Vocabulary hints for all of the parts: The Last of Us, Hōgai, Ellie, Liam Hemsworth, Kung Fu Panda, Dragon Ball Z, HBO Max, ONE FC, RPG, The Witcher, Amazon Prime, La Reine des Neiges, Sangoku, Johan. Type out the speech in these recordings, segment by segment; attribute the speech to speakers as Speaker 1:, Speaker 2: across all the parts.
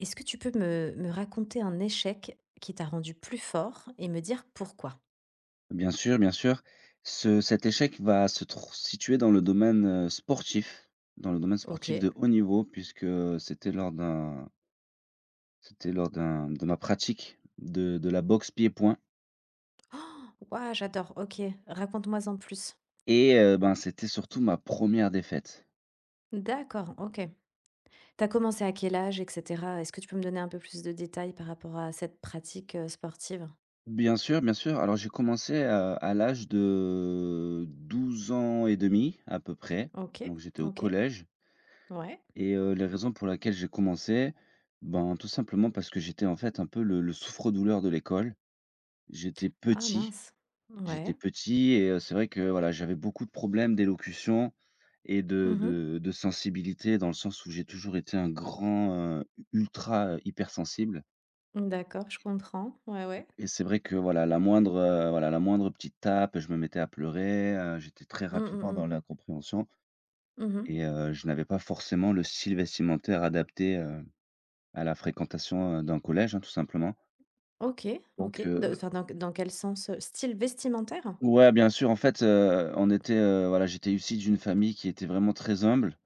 Speaker 1: Est-ce que tu peux me raconter un échec qui t'a rendu plus fort et me dire pourquoi?
Speaker 2: Bien sûr, bien sûr. Ce cet échec va se tr situer dans le domaine, sportif, dans le domaine sportif
Speaker 1: OK.
Speaker 2: de haut niveau puisque, c'était lors d'un c'était lors d'un de ma pratique de la boxe pieds-poings
Speaker 1: Waouh, j'adore, OK, raconte-moi en plus.
Speaker 2: et ben, c'était surtout ma première défaite.
Speaker 1: D'accord, OK. T'as commencé à quel âge et cetera? Est-ce que tu peux me donner un peu plus de détails par rapport à cette pratique, sportive?
Speaker 2: Bien sûr, bien sûr. Alors j'ai commencé, à l'âge de 12 ans et demi à peu près,
Speaker 1: OK,
Speaker 2: donc j'étais au
Speaker 1: OK,
Speaker 2: collège
Speaker 1: ouais.
Speaker 2: et les raisons pour laquelle j'ai commencé, ben, tout simplement parce que j'étais en fait un peu le souffre-douleur de l'école. J'étais
Speaker 1: Ah
Speaker 2: petit,
Speaker 1: mince,
Speaker 2: j'étais
Speaker 1: ouais.
Speaker 2: petit et c'est vrai que, voilà, j'avais beaucoup de problèmes d'élocution et de
Speaker 1: Mmh.
Speaker 2: de de sensibilité dans le sens où j'ai toujours été un grand, ultra, hypersensible,
Speaker 1: D'accord, je comprends, ouais, ouais.
Speaker 2: et c'est vrai que, voilà, la moindre petite tape, je me mettais à pleurer, j'étais très
Speaker 1: Mmh mh,
Speaker 2: rapidement
Speaker 1: mmh.
Speaker 2: dans l'incompréhension,
Speaker 1: Mmh.
Speaker 2: et je n'avais pas forcément le style vestimentaire adapté, à la fréquentation, d'un collège, hein, tout simplement.
Speaker 1: OK,
Speaker 2: Donc
Speaker 1: OK. De
Speaker 2: heu
Speaker 1: enfin, dans quel sens? Style vestimentaire?
Speaker 2: Ouais, bien sûr, en fait, on était, voilà, j'étais issu d'une famille qui était vraiment très humble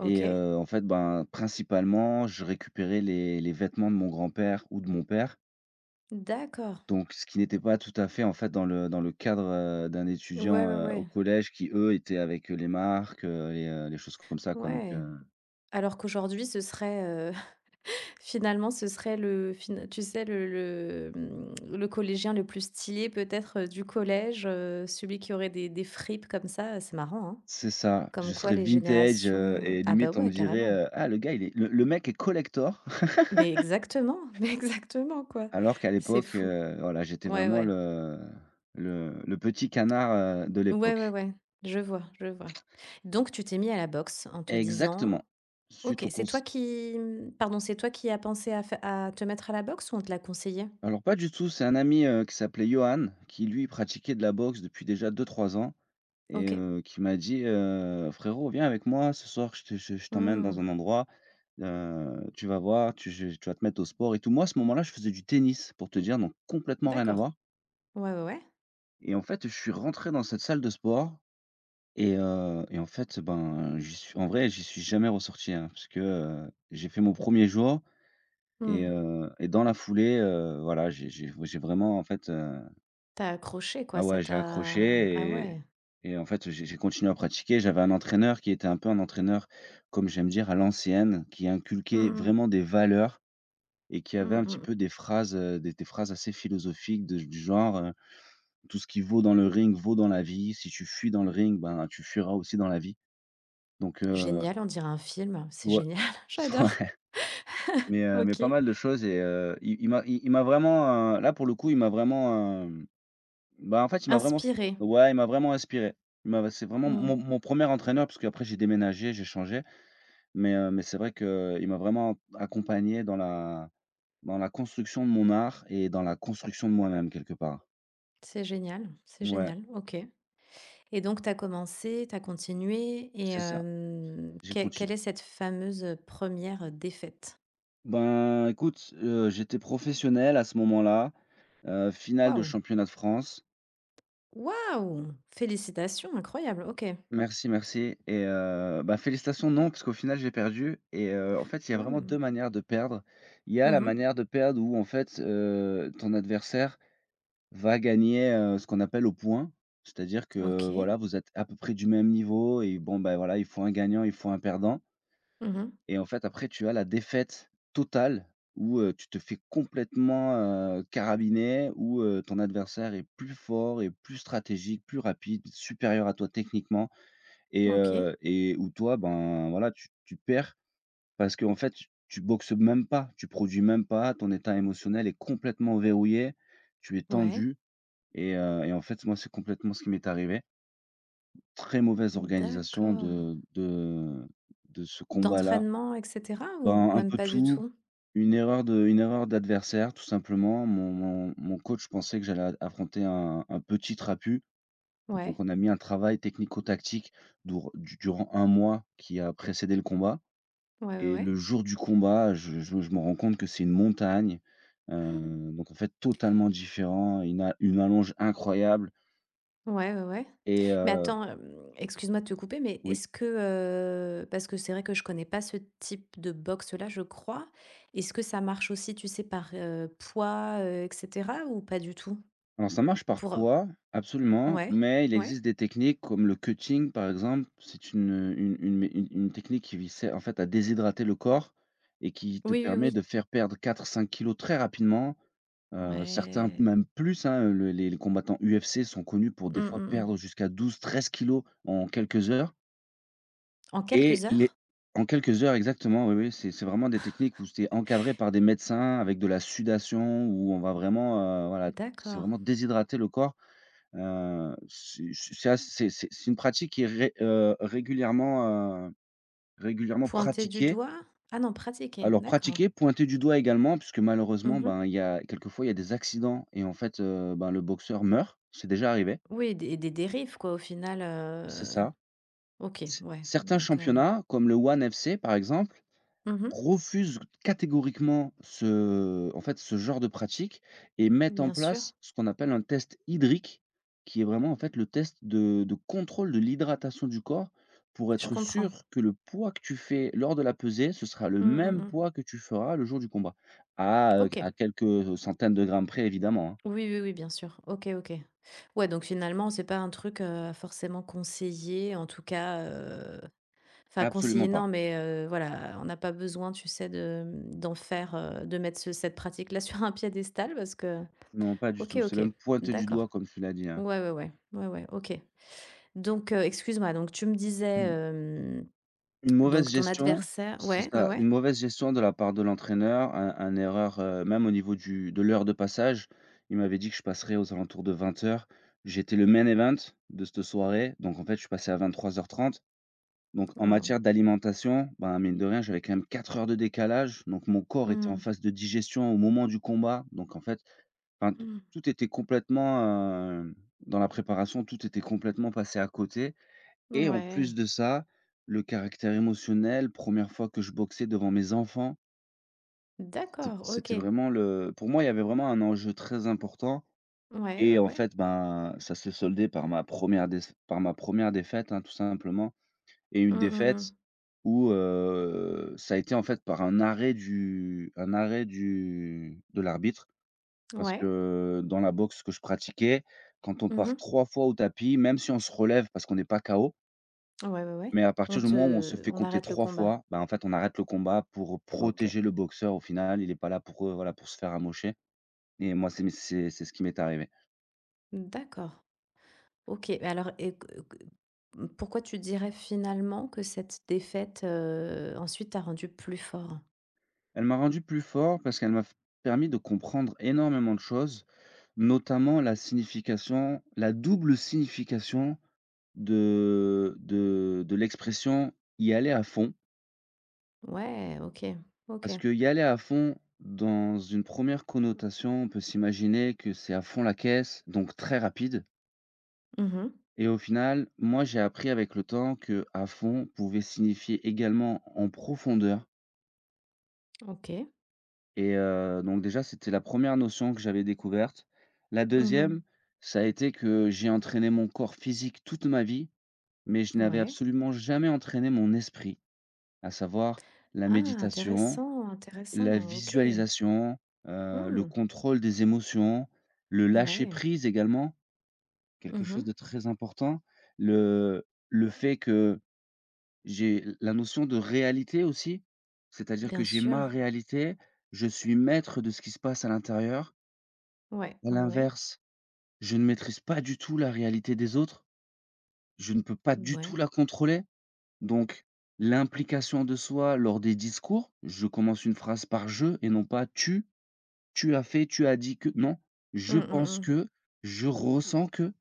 Speaker 2: et en fait, ben, principalement, je récupérais les vêtements de mon grand-père ou de mon père,
Speaker 1: d'accord.
Speaker 2: donc ce qui n'était pas tout à fait, en fait, dans le cadre, d'un
Speaker 1: Ouais,
Speaker 2: étudiant,
Speaker 1: ouais,
Speaker 2: au
Speaker 1: ouais.
Speaker 2: collège qui, eux, étaient avec les marques, et les choses comme ça, quoi,
Speaker 1: Ouais. Alors qu'aujourd'hui, ce serait, finalement, ce serait le fin tu sais, le, mmh, le collégien le plus stylé peut-être, du collège, celui qui aurait des fripes comme ça, c'est marrant, hein.
Speaker 2: c'est ça, je
Speaker 1: Comme quoi
Speaker 2: serais
Speaker 1: les
Speaker 2: vintage,
Speaker 1: générations,
Speaker 2: et
Speaker 1: ah bah,
Speaker 2: limite, on me
Speaker 1: ouais,
Speaker 2: dirait,
Speaker 1: carrément.
Speaker 2: «Ah, le gars, il est le mec est collector».
Speaker 1: Mais exactement, mais exactement, quoi.
Speaker 2: Alors qu'à
Speaker 1: C'est
Speaker 2: l'époque,
Speaker 1: fou.
Speaker 2: voilà, j'étais
Speaker 1: Ouais,
Speaker 2: vraiment
Speaker 1: ouais.
Speaker 2: le petit canard, de
Speaker 1: Ouais, ouais,
Speaker 2: l'époque.
Speaker 1: ouais. Je vois, je vois. Donc tu t'es mis à la boxe en te
Speaker 2: Exactement.
Speaker 1: disant.
Speaker 2: Suite
Speaker 1: OK,
Speaker 2: au
Speaker 1: c'est
Speaker 2: conse
Speaker 1: toi qui, pardon, c'est toi qui as pensé à fai à te mettre à la boxe ou on te l'a conseillé?
Speaker 2: alors pas du tout, c'est un ami, qui s'appelait Johan, qui lui pratiquait de la boxe depuis déjà deux trois ans et
Speaker 1: OK.
Speaker 2: qui m'a dit: Frérot, viens avec moi ce soir, je te je t'emmène dans
Speaker 1: Mmh.
Speaker 2: un endroit, tu vas voir, tu vas te mettre au sport et tout». Moi, à ce moment-là, je faisais du tennis pour te dire, donc complètement rien à
Speaker 1: D'accord.
Speaker 2: voir,
Speaker 1: Ouais, ouais, ouais.
Speaker 2: et en fait, je suis rentré dans cette salle de sport. Et en fait, ben, j'y suis en vrai, j'y suis jamais ressorti, hein, parce que, j'ai fait mon premier jour, et
Speaker 1: Mmh.
Speaker 2: heu et dans la foulée, voilà, j'ai vraiment, en fait,
Speaker 1: Tu accroché quoi,
Speaker 2: ah
Speaker 1: ça
Speaker 2: ouais, j'ai
Speaker 1: t'a ah
Speaker 2: accroché, et
Speaker 1: ouais.
Speaker 2: en fait, j'ai continué à pratiquer. J'avais un entraîneur qui était un peu un entraîneur, comme j'aime dire, à l'ancienne, qui inculquait
Speaker 1: Mmh mh.
Speaker 2: vraiment des valeurs et qui avait
Speaker 1: Mmh
Speaker 2: un petit
Speaker 1: mh.
Speaker 2: peu des phrases, des phrases assez philosophiques de du genre, «Tout ce qui vaut dans le ring vaut dans la vie. Si tu fuis dans le ring, ben, tu fuiras aussi dans la vie». Donc heu,
Speaker 1: Génial, on dirait un film, c'est
Speaker 2: ouais.
Speaker 1: génial, j'adore.
Speaker 2: Ouais, mais mais pas
Speaker 1: OK.
Speaker 2: mal de choses, et il m'a vraiment, là, pour le coup, il m'a vraiment, bah, en fait, il m'a vraiment,
Speaker 1: Inspiré.
Speaker 2: ouais, il m'a vraiment inspiré. Il m'a c'est vraiment mon
Speaker 1: Mmh.
Speaker 2: mon premier entraîneur, parce qu'après j'ai déménagé, j'ai changé, mais mais c'est vrai qu'il m'a vraiment accompagné dans la construction de mon art et dans la construction de moi-même, quelque part.
Speaker 1: C'est
Speaker 2: Ouais,
Speaker 1: génial, OK. Et donc t'as commencé, t'as continué et
Speaker 2: c'est ça. J'ai
Speaker 1: quelle
Speaker 2: continué.
Speaker 1: quelle est cette fameuse, première défaite?
Speaker 2: Ben, écoute, j'étais professionnel à ce moment-là, finale de
Speaker 1: Waouh!
Speaker 2: championnat de France.
Speaker 1: Waouh! Félicitations, incroyable, OK.
Speaker 2: Merci, merci, et bah, félicitations non, parce qu'au final j'ai perdu, et en fait, il y a
Speaker 1: Ouais,
Speaker 2: vraiment
Speaker 1: même.
Speaker 2: 2 manières de perdre. Il y a la
Speaker 1: Mmh.
Speaker 2: manière de perdre où en fait, ton adversaire va gagner, ce qu'on appelle au point. C'est-à-dire que,
Speaker 1: OK.
Speaker 2: voilà, vous êtes à peu près du même niveau, et bon, bah, voilà, il faut un gagnant, il faut un perdant,
Speaker 1: Mmh.
Speaker 2: et en fait, après tu as la défaite totale où, tu te fais complètement, carabiner, où, ton adversaire est plus fort, est plus stratégique, plus rapide, supérieur à toi techniquement, et
Speaker 1: OK.
Speaker 2: heu et où toi, ben, voilà, tu perds, parce qu'en fait, tu boxes même pas, tu produis même pas, ton état émotionnel est complètement verrouillé, tu es
Speaker 1: Ouais.
Speaker 2: tendu, et en fait, moi, c'est complètement ce qui m'est arrivé. Très mauvaise organisation
Speaker 1: D'accord.
Speaker 2: de ce combat-là.
Speaker 1: D'entraînement et cetera ou
Speaker 2: Ben, un
Speaker 1: même
Speaker 2: peu
Speaker 1: pas du
Speaker 2: tout,
Speaker 1: tout?
Speaker 2: une erreur d'adversaire, tout simplement. Mon coach pensait que j'allais a affronter un petit trapu,
Speaker 1: Ouais,
Speaker 2: donc on a mis un travail technico-tactique dour du durant un mois qui a précédé le combat,
Speaker 1: ouais, ouais,
Speaker 2: et le
Speaker 1: ouais.
Speaker 2: jour du combat, je me rends compte que c'est une montagne, donc en fait totalement différent, une allonge incroyable,
Speaker 1: Ouais, ouais, ouais.
Speaker 2: et
Speaker 1: Mais
Speaker 2: heu
Speaker 1: attends, excuse-moi de te couper, mais
Speaker 2: oui.
Speaker 1: est-ce que, parce que c'est vrai que je connais pas ce type de boxe-là, je crois. Est-ce que ça marche aussi, tu sais, par, poids, et cetera ou pas du tout?
Speaker 2: Alors ça marche par
Speaker 1: Pour,
Speaker 2: poids, absolument,
Speaker 1: ouais,
Speaker 2: mais il
Speaker 1: ouais.
Speaker 2: existe des techniques comme le cutting par exemple. C'est une technique qui vi en fait à déshydrater le corps et qui te
Speaker 1: Oui, oui,
Speaker 2: permet de
Speaker 1: oui.
Speaker 2: faire perdre quatre cinq kilos très rapidement. Certains
Speaker 1: Ouais.
Speaker 2: même plus, hein, le les combattants UFC sont connus pour
Speaker 1: Mmh,
Speaker 2: des fois
Speaker 1: mmh, mmh.
Speaker 2: perdre jusqu'à douze treize kilos en quelques heures,
Speaker 1: En
Speaker 2: et
Speaker 1: quelques
Speaker 2: les
Speaker 1: heures?
Speaker 2: en quelques heures exactement, oui, oui, c'est vraiment des techniques où c'est encadré par des médecins avec de la sudation où on va vraiment, voilà, c'est
Speaker 1: D'accord.
Speaker 2: vraiment déshydrater le corps. C'est ass c'est une pratique qui est régulièrement
Speaker 1: Pointer du
Speaker 2: pratiquée,
Speaker 1: doigt? Ah non, pratiquer,
Speaker 2: alors
Speaker 1: d'accord.
Speaker 2: pratiquer, pointer du doigt également, puisque malheureusement,
Speaker 1: Mmh.
Speaker 2: ben, il y a quelquefois, il y a des accidents, et en fait, ben, le boxeur meurt. C'est déjà arrivé.
Speaker 1: Oui, des dérives quoi, au final.
Speaker 2: C'est ça.
Speaker 1: OK,
Speaker 2: C
Speaker 1: ouais,
Speaker 2: certains
Speaker 1: donc.
Speaker 2: championnats, comme le ONE FC par exemple,
Speaker 1: Mmh
Speaker 2: refusent catégoriquement ce en fait, ce genre de pratique, et mettent en
Speaker 1: Bien
Speaker 2: place
Speaker 1: sûr,
Speaker 2: ce qu'on appelle un test hydrique, qui est vraiment, en fait, le test de contrôle de l'hydratation du corps pour
Speaker 1: je
Speaker 2: être
Speaker 1: comprends.
Speaker 2: sûr que le poids que tu fais lors de la pesée, ce sera le
Speaker 1: Mmh, mmh
Speaker 2: même
Speaker 1: mh.
Speaker 2: poids que tu feras le jour du combat. À, heu,
Speaker 1: OK.
Speaker 2: à quelques centaines de grammes près évidemment, hein.
Speaker 1: Oui, oui, oui, bien sûr. OK, OK. Ouais, donc finalement, c'est pas un truc, forcément conseillé, en tout cas, enfin conseillé
Speaker 2: Absolument pas.
Speaker 1: non, mais voilà, on n'a pas besoin, tu sais, de, d'en faire, de mettre ce cette pratique-là sur un piédestal parce que.
Speaker 2: Non, pas du
Speaker 1: OK,
Speaker 2: tout. C'est
Speaker 1: OK,
Speaker 2: même pointé du
Speaker 1: d'accord.
Speaker 2: doigt comme tu l'as dit, hein.
Speaker 1: Ouais, ouais, ouais. Ouais, ouais, OK. Donc excuse-moi, donc tu me disais,
Speaker 2: Une mauvaise
Speaker 1: donc ton
Speaker 2: gestion,
Speaker 1: adversaire
Speaker 2: c'est
Speaker 1: ouais, ouais,
Speaker 2: ça,
Speaker 1: ouais?
Speaker 2: une mauvaise gestion de la part de l'entraîneur, un erreur, même au niveau du de l'heure de passage. Il m'avait dit que je passerais aux alentours de vingt heures. J'étais le main event de cette soirée, donc en fait, je suis passé à vingt-trois heures trente. Donc en
Speaker 1: Waouh.
Speaker 2: matière d'alimentation, ben, mine de rien, j'avais quand même 4 heures de décalage, donc mon corps était en
Speaker 1: Mmh.
Speaker 2: phase de digestion au moment du combat. Donc en fait, enfin, t
Speaker 1: Mmh.
Speaker 2: tout était complètement, heu, dans la préparation, tout était complètement passé à côté. Et en
Speaker 1: Ouais,
Speaker 2: plus de ça, le caractère émotionnel, première fois que je boxais devant mes enfants, c'était
Speaker 1: d'accord,
Speaker 2: c'était
Speaker 1: OK.
Speaker 2: vraiment le pour moi, il y avait vraiment un enjeu très important,
Speaker 1: Ouais, ouais,
Speaker 2: et en
Speaker 1: ouais.
Speaker 2: fait, ben, ça s'est soldé par ma première déf par ma première défaite, hein, tout simplement, et une
Speaker 1: Mmh, mmh,
Speaker 2: défaite où, ça a été, en fait, par un arrêt du de l'arbitre,
Speaker 1: mmh.
Speaker 2: parce
Speaker 1: Ouais.
Speaker 2: que dans la boxe que je pratiquais, quand on part
Speaker 1: Mmh.
Speaker 2: 3 fois au tapis, même si on se relève parce qu'on n'est pas KO.
Speaker 1: Ouais, ouais, ouais.
Speaker 2: Mais à
Speaker 1: On
Speaker 2: partir du moment où on se
Speaker 1: te
Speaker 2: fait
Speaker 1: on
Speaker 2: compter
Speaker 1: arrête le
Speaker 2: 3
Speaker 1: combat.
Speaker 2: fois, bah, en fait, on arrête le combat pour
Speaker 1: OK,
Speaker 2: protéger le boxeur au final. Il est pas là pour, voilà, pour se faire amocher, et moi, c'est ce qui m'est arrivé.
Speaker 1: d'accord. OK, mais alors, et pourquoi tu dirais finalement que cette défaite, ensuite t'a rendu plus fort?
Speaker 2: Elle m'a rendu plus fort parce qu'elle m'a f permis de comprendre énormément de choses, notamment la double signification de l'expression «y aller à fond».
Speaker 1: Ouais, OK, OK.
Speaker 2: Parce que y aller à fond, dans une première connotation, on peut s'imaginer que c'est à fond la caisse, donc très rapide.
Speaker 1: Mmh.
Speaker 2: Et au final, moi, j'ai appris avec le temps que «à fond» pouvait signifier également «en profondeur»,
Speaker 1: OK.
Speaker 2: et donc déjà, c'était la première notion que j'avais découverte. La
Speaker 1: Mmh.
Speaker 2: deuxième, ça a été que j'ai entraîné mon corps physique toute ma vie, mais je n'avais
Speaker 1: Ouais.
Speaker 2: absolument jamais entraîné mon esprit, à savoir la
Speaker 1: Ah
Speaker 2: méditation,
Speaker 1: intéressant,
Speaker 2: la
Speaker 1: intéressant, OK.
Speaker 2: visualisation, le
Speaker 1: Mmh.
Speaker 2: contrôle des émotions, le lâcher
Speaker 1: Ouais.
Speaker 2: prise également, quelque chose de
Speaker 1: Mmh.
Speaker 2: très important. Le le fait que J'ai la notion de réalité aussi, c'est-à-dire que
Speaker 1: Bien
Speaker 2: j'ai
Speaker 1: sûr.
Speaker 2: ma réalité, je suis maître de ce qui se passe à l'intérieur.
Speaker 1: Ouais,
Speaker 2: À
Speaker 1: ouais, ouais.
Speaker 2: l'inverse, je ne maîtrise pas du tout la réalité des autres, je ne peux pas du
Speaker 1: Ouais.
Speaker 2: tout la contrôler, donc l'implication de soi lors des discours, je commence une phrase par «je» et non pas «tu», «tu as fait», «tu as dit que», non, «je
Speaker 1: Mmh, mmh
Speaker 2: pense
Speaker 1: mh.
Speaker 2: que», «je ressens que».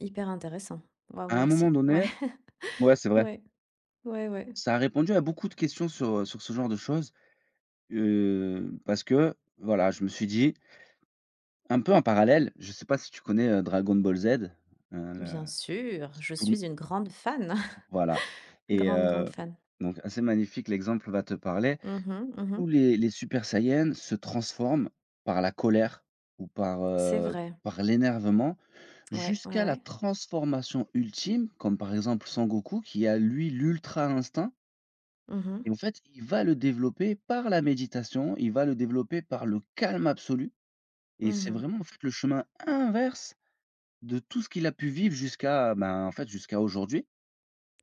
Speaker 1: Hyper intéressant. Waouh,
Speaker 2: À un moment
Speaker 1: merci. Ouais,
Speaker 2: donné, ouais, c'est vrai,
Speaker 1: ouais, ouais, ouais.
Speaker 2: ça a répondu à beaucoup de questions sur, sur ce genre de choses. Parce que, voilà, je me suis dit un peu en parallèle, je sais pas si tu connais, Dragon Ball Z? Le
Speaker 1: Bien sûr, je
Speaker 2: tout le
Speaker 1: suis une grande fan.
Speaker 2: Voilà. et
Speaker 1: Grande, grande
Speaker 2: heu,
Speaker 1: fan.
Speaker 2: donc assez magnifique, l'exemple va te parler.
Speaker 1: Mhm,
Speaker 2: Tous
Speaker 1: mhm.
Speaker 2: les Super Saiyans se transforment par la colère ou par,
Speaker 1: C'est vrai.
Speaker 2: par l'énervement,
Speaker 1: Ouais, ouais,
Speaker 2: jusqu'à la
Speaker 1: ouais.
Speaker 2: transformation ultime, comme par exemple Sangoku qui a lui l'ultra instinct, et
Speaker 1: Mhm,
Speaker 2: en fait, il va le développer par la méditation, il va le développer par le calme absolu. Et c'est
Speaker 1: mhm.
Speaker 2: vraiment, en fait, le chemin inverse de tout ce qu'il a pu vivre jusqu'à, ben, en fait, jusqu'à aujourd'hui,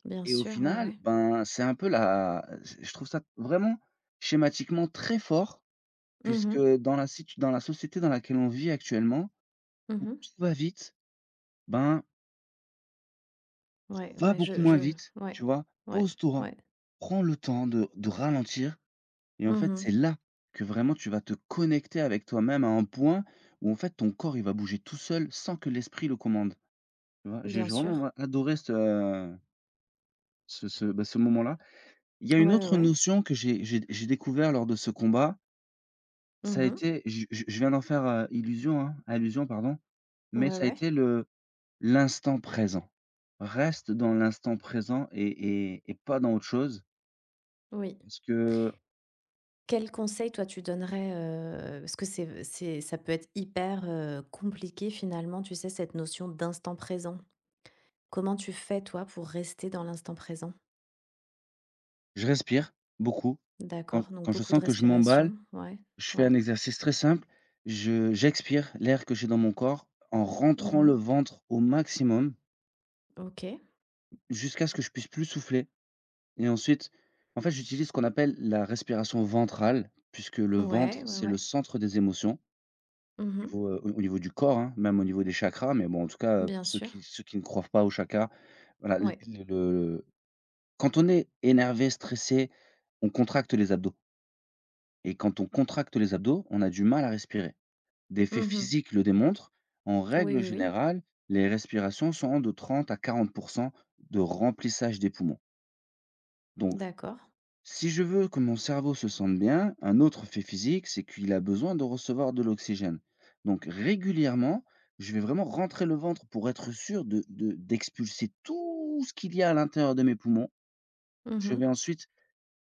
Speaker 1: Bien
Speaker 2: et au
Speaker 1: sûr, ouais,
Speaker 2: final,
Speaker 1: ouais.
Speaker 2: ben, c'est un peu la, je trouve ça vraiment schématiquement très fort, puisque
Speaker 1: Mhm,
Speaker 2: dans la situ dans la société dans laquelle on vit actuellement, où
Speaker 1: mhm.
Speaker 2: tout va vite, ben,
Speaker 1: Ouais,
Speaker 2: va
Speaker 1: ouais,
Speaker 2: beaucoup
Speaker 1: je,
Speaker 2: moins
Speaker 1: je,
Speaker 2: vite,
Speaker 1: ouais,
Speaker 2: tu vois?
Speaker 1: ouais,
Speaker 2: Pose-toi,
Speaker 1: ouais.
Speaker 2: prends le temps de ralentir, et en fait, c'est
Speaker 1: Mhm.
Speaker 2: là que vraiment tu vas te connecter avec toi-même à un point où, en fait, ton corps, il va bouger tout seul sans que l'esprit le commande. Tu vois? J'ai
Speaker 1: Bien
Speaker 2: j'ai vraiment,
Speaker 1: sûr.
Speaker 2: moi, adoré ce, ce moment-là. Il y a
Speaker 1: Ouais,
Speaker 2: une
Speaker 1: ouais,
Speaker 2: autre
Speaker 1: ouais.
Speaker 2: notion que j'ai découvert lors de ce combat, ça a
Speaker 1: Mhm.
Speaker 2: été je viens d'en faire, illusion, hein, allusion, pardon, mais
Speaker 1: Ouais,
Speaker 2: ça a
Speaker 1: ouais.
Speaker 2: été le l'instant présent. Reste dans l'instant présent, et pas dans autre chose,
Speaker 1: Oui.
Speaker 2: parce que
Speaker 1: Quel conseil, toi, tu donnerais parce que c'est, ça peut être hyper compliqué finalement, tu sais, cette notion d'instant présent. Comment tu fais toi pour rester dans l'instant présent?
Speaker 2: je respire beaucoup. Quand
Speaker 1: D'accord, donc
Speaker 2: quand je
Speaker 1: beaucoup de
Speaker 2: sens que je m'emballe,
Speaker 1: respiration, ouais,
Speaker 2: je fais un
Speaker 1: ouais.
Speaker 2: exercice très simple, je j'expire l'air que j'ai dans mon corps en rentrant le
Speaker 1: Mmh.
Speaker 2: ventre au maximum.
Speaker 1: OK.
Speaker 2: Jusqu'à ce que je puisse plus souffler, et ensuite, en fait, j'utilise ce qu'on appelle la respiration ventrale, puisque le
Speaker 1: Ouais,
Speaker 2: ventre,
Speaker 1: ouais,
Speaker 2: c'est le
Speaker 1: ouais.
Speaker 2: centre des émotions, au
Speaker 1: Mmh.
Speaker 2: niveau, au niveau du corps, hein, même au niveau des chakras, mais bon, en tout cas, pour
Speaker 1: Bien sûr.
Speaker 2: ceux qui ne croient pas aux chakras, voilà, l
Speaker 1: Ouais.
Speaker 2: le quand on est énervé, stressé, on contracte les abdos, et quand on contracte les abdos, on a du mal à respirer. Des faits
Speaker 1: Mmh.
Speaker 2: physiques le démontrent, en
Speaker 1: Oui,
Speaker 2: règle
Speaker 1: oui, oui.
Speaker 2: générale, les respirations sont de 30 à 40 de remplissage des poumons. Donc
Speaker 1: D'accord.
Speaker 2: si je veux que mon cerveau se sente bien, un autre fait physique, c'est qu'il a besoin de recevoir de l'oxygène. Donc régulièrement, je vais vraiment rentrer le ventre pour être sûr d'expulser tout ce qu'il y a à l'intérieur de mes poumons. Je
Speaker 1: Mmh.
Speaker 2: vais ensuite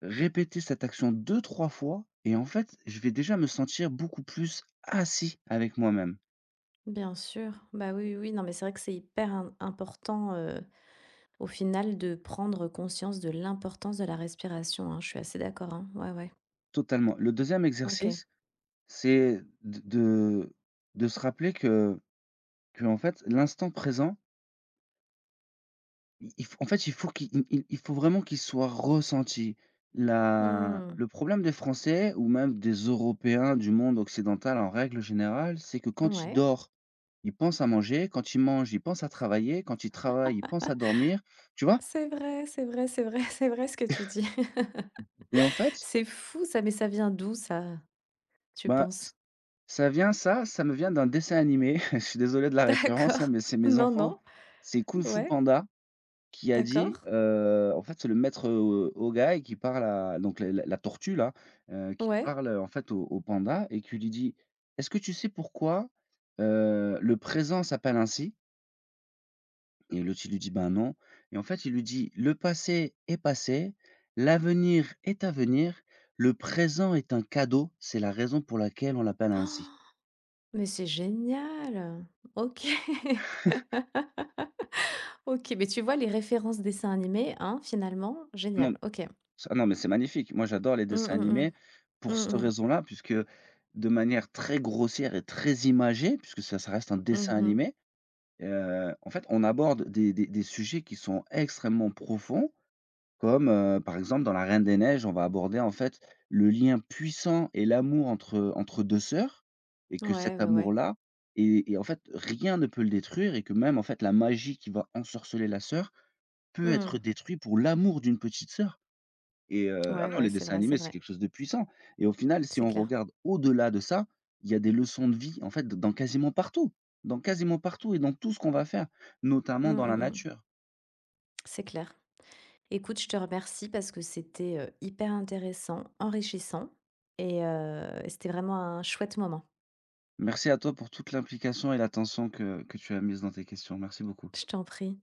Speaker 2: répéter cette action deux, trois fois, et en fait, je vais déjà me sentir beaucoup plus assis avec moi-même,
Speaker 1: Bien sûr. Bah, oui, oui, oui. Non, mais c'est vrai que c'est hyper im important, au final de prendre conscience de l'importance de la respiration, hein. Je suis assez d'accord, hein. Ouais, ouais.
Speaker 2: totalement. Le deuxième
Speaker 1: OK.
Speaker 2: exercice, c'est de, de se rappeler que en fait, l'instant présent, I il faut en fait, il faut qu'il il faut vraiment qu'il soit ressenti. La
Speaker 1: Mmh.
Speaker 2: Le problème des Français, ou même des Européens, du monde occidental en règle générale, c'est que quand il
Speaker 1: Ouais.
Speaker 2: dort, il pense à manger, quand il mange, il pense à travailler, quand il travaille, il pense à dormir, tu vois?
Speaker 1: C'est vrai, c'est vrai, c'est vrai, c'est vrai ce que tu dis.
Speaker 2: Et en fait,
Speaker 1: C'est fou ça, mais ça vient d'où ça? Tu
Speaker 2: bah,
Speaker 1: penses?
Speaker 2: ç ça vient, ça me vient d'un dessin animé, je suis désolé de la référence, hein,
Speaker 1: D'accord.
Speaker 2: mais c'est mes
Speaker 1: Non,
Speaker 2: enfants,
Speaker 1: non.
Speaker 2: c'est Kung Fu
Speaker 1: Ouais.
Speaker 2: Panda. Qui a dit,
Speaker 1: D'accord.
Speaker 2: en fait, c'est le maître, Hōgai, qui parle à donc la tortue là, qui
Speaker 1: Ouais.
Speaker 2: parle, en fait au panda, et qui lui dit: «Est-ce que tu sais pourquoi, le présent s'appelle ainsi?» et l'autre il lui dit: «Ben non», et en fait il lui dit: «Le passé est passé, l'avenir est à venir, le présent est un cadeau, c'est la raison pour laquelle on l'appelle ainsi».
Speaker 1: Mais c'est génial! OK. OK, mais tu vois les références dessins animés, hein, finalement,
Speaker 2: Non.
Speaker 1: génial. OK.
Speaker 2: Ça non, mais c'est magnifique. Moi, j'adore les
Speaker 1: Mmh,
Speaker 2: dessins
Speaker 1: mmh mh.
Speaker 2: animés pour
Speaker 1: Mmh
Speaker 2: cette
Speaker 1: mh.
Speaker 2: raison-là, puisque de manière très grossière et très imagée, puisque ça ça reste un dessin
Speaker 1: Mmh
Speaker 2: animé, en fait, on aborde des sujets qui sont extrêmement profonds, comme, par exemple, dans La Reine des Neiges, on va aborder, en fait, le lien puissant et l'amour entre, entre 2 sœurs, et
Speaker 1: mmh.
Speaker 2: que
Speaker 1: Ouais,
Speaker 2: cet
Speaker 1: ouais, ouais.
Speaker 2: amour-là et en fait, rien ne peut le détruire, et que même, en fait, la magie qui va ensorceler la sœur peut être
Speaker 1: Mmh.
Speaker 2: détruite pour l'amour d'une petite sœur. Ah
Speaker 1: Ouais,
Speaker 2: non,
Speaker 1: ouais,
Speaker 2: les
Speaker 1: c'est
Speaker 2: dessins
Speaker 1: vrai, c'est
Speaker 2: animés, c'est
Speaker 1: vrai.
Speaker 2: quelque chose de puissant, et au final, si
Speaker 1: C'est
Speaker 2: on
Speaker 1: clair.
Speaker 2: regarde au-delà de ça, il y a des leçons de vie, en fait, dans quasiment partout et dans tout ce qu'on va faire, notamment
Speaker 1: Mmh
Speaker 2: dans
Speaker 1: mh
Speaker 2: la
Speaker 1: mh.
Speaker 2: nature.
Speaker 1: C'est clair. Écoute, je te remercie parce que c'était, hyper intéressant, enrichissant et c'était vraiment un chouette moment.
Speaker 2: Merci à toi pour toute l'implication et l'attention que tu as mise dans tes questions. Merci beaucoup.
Speaker 1: Je t'en prie.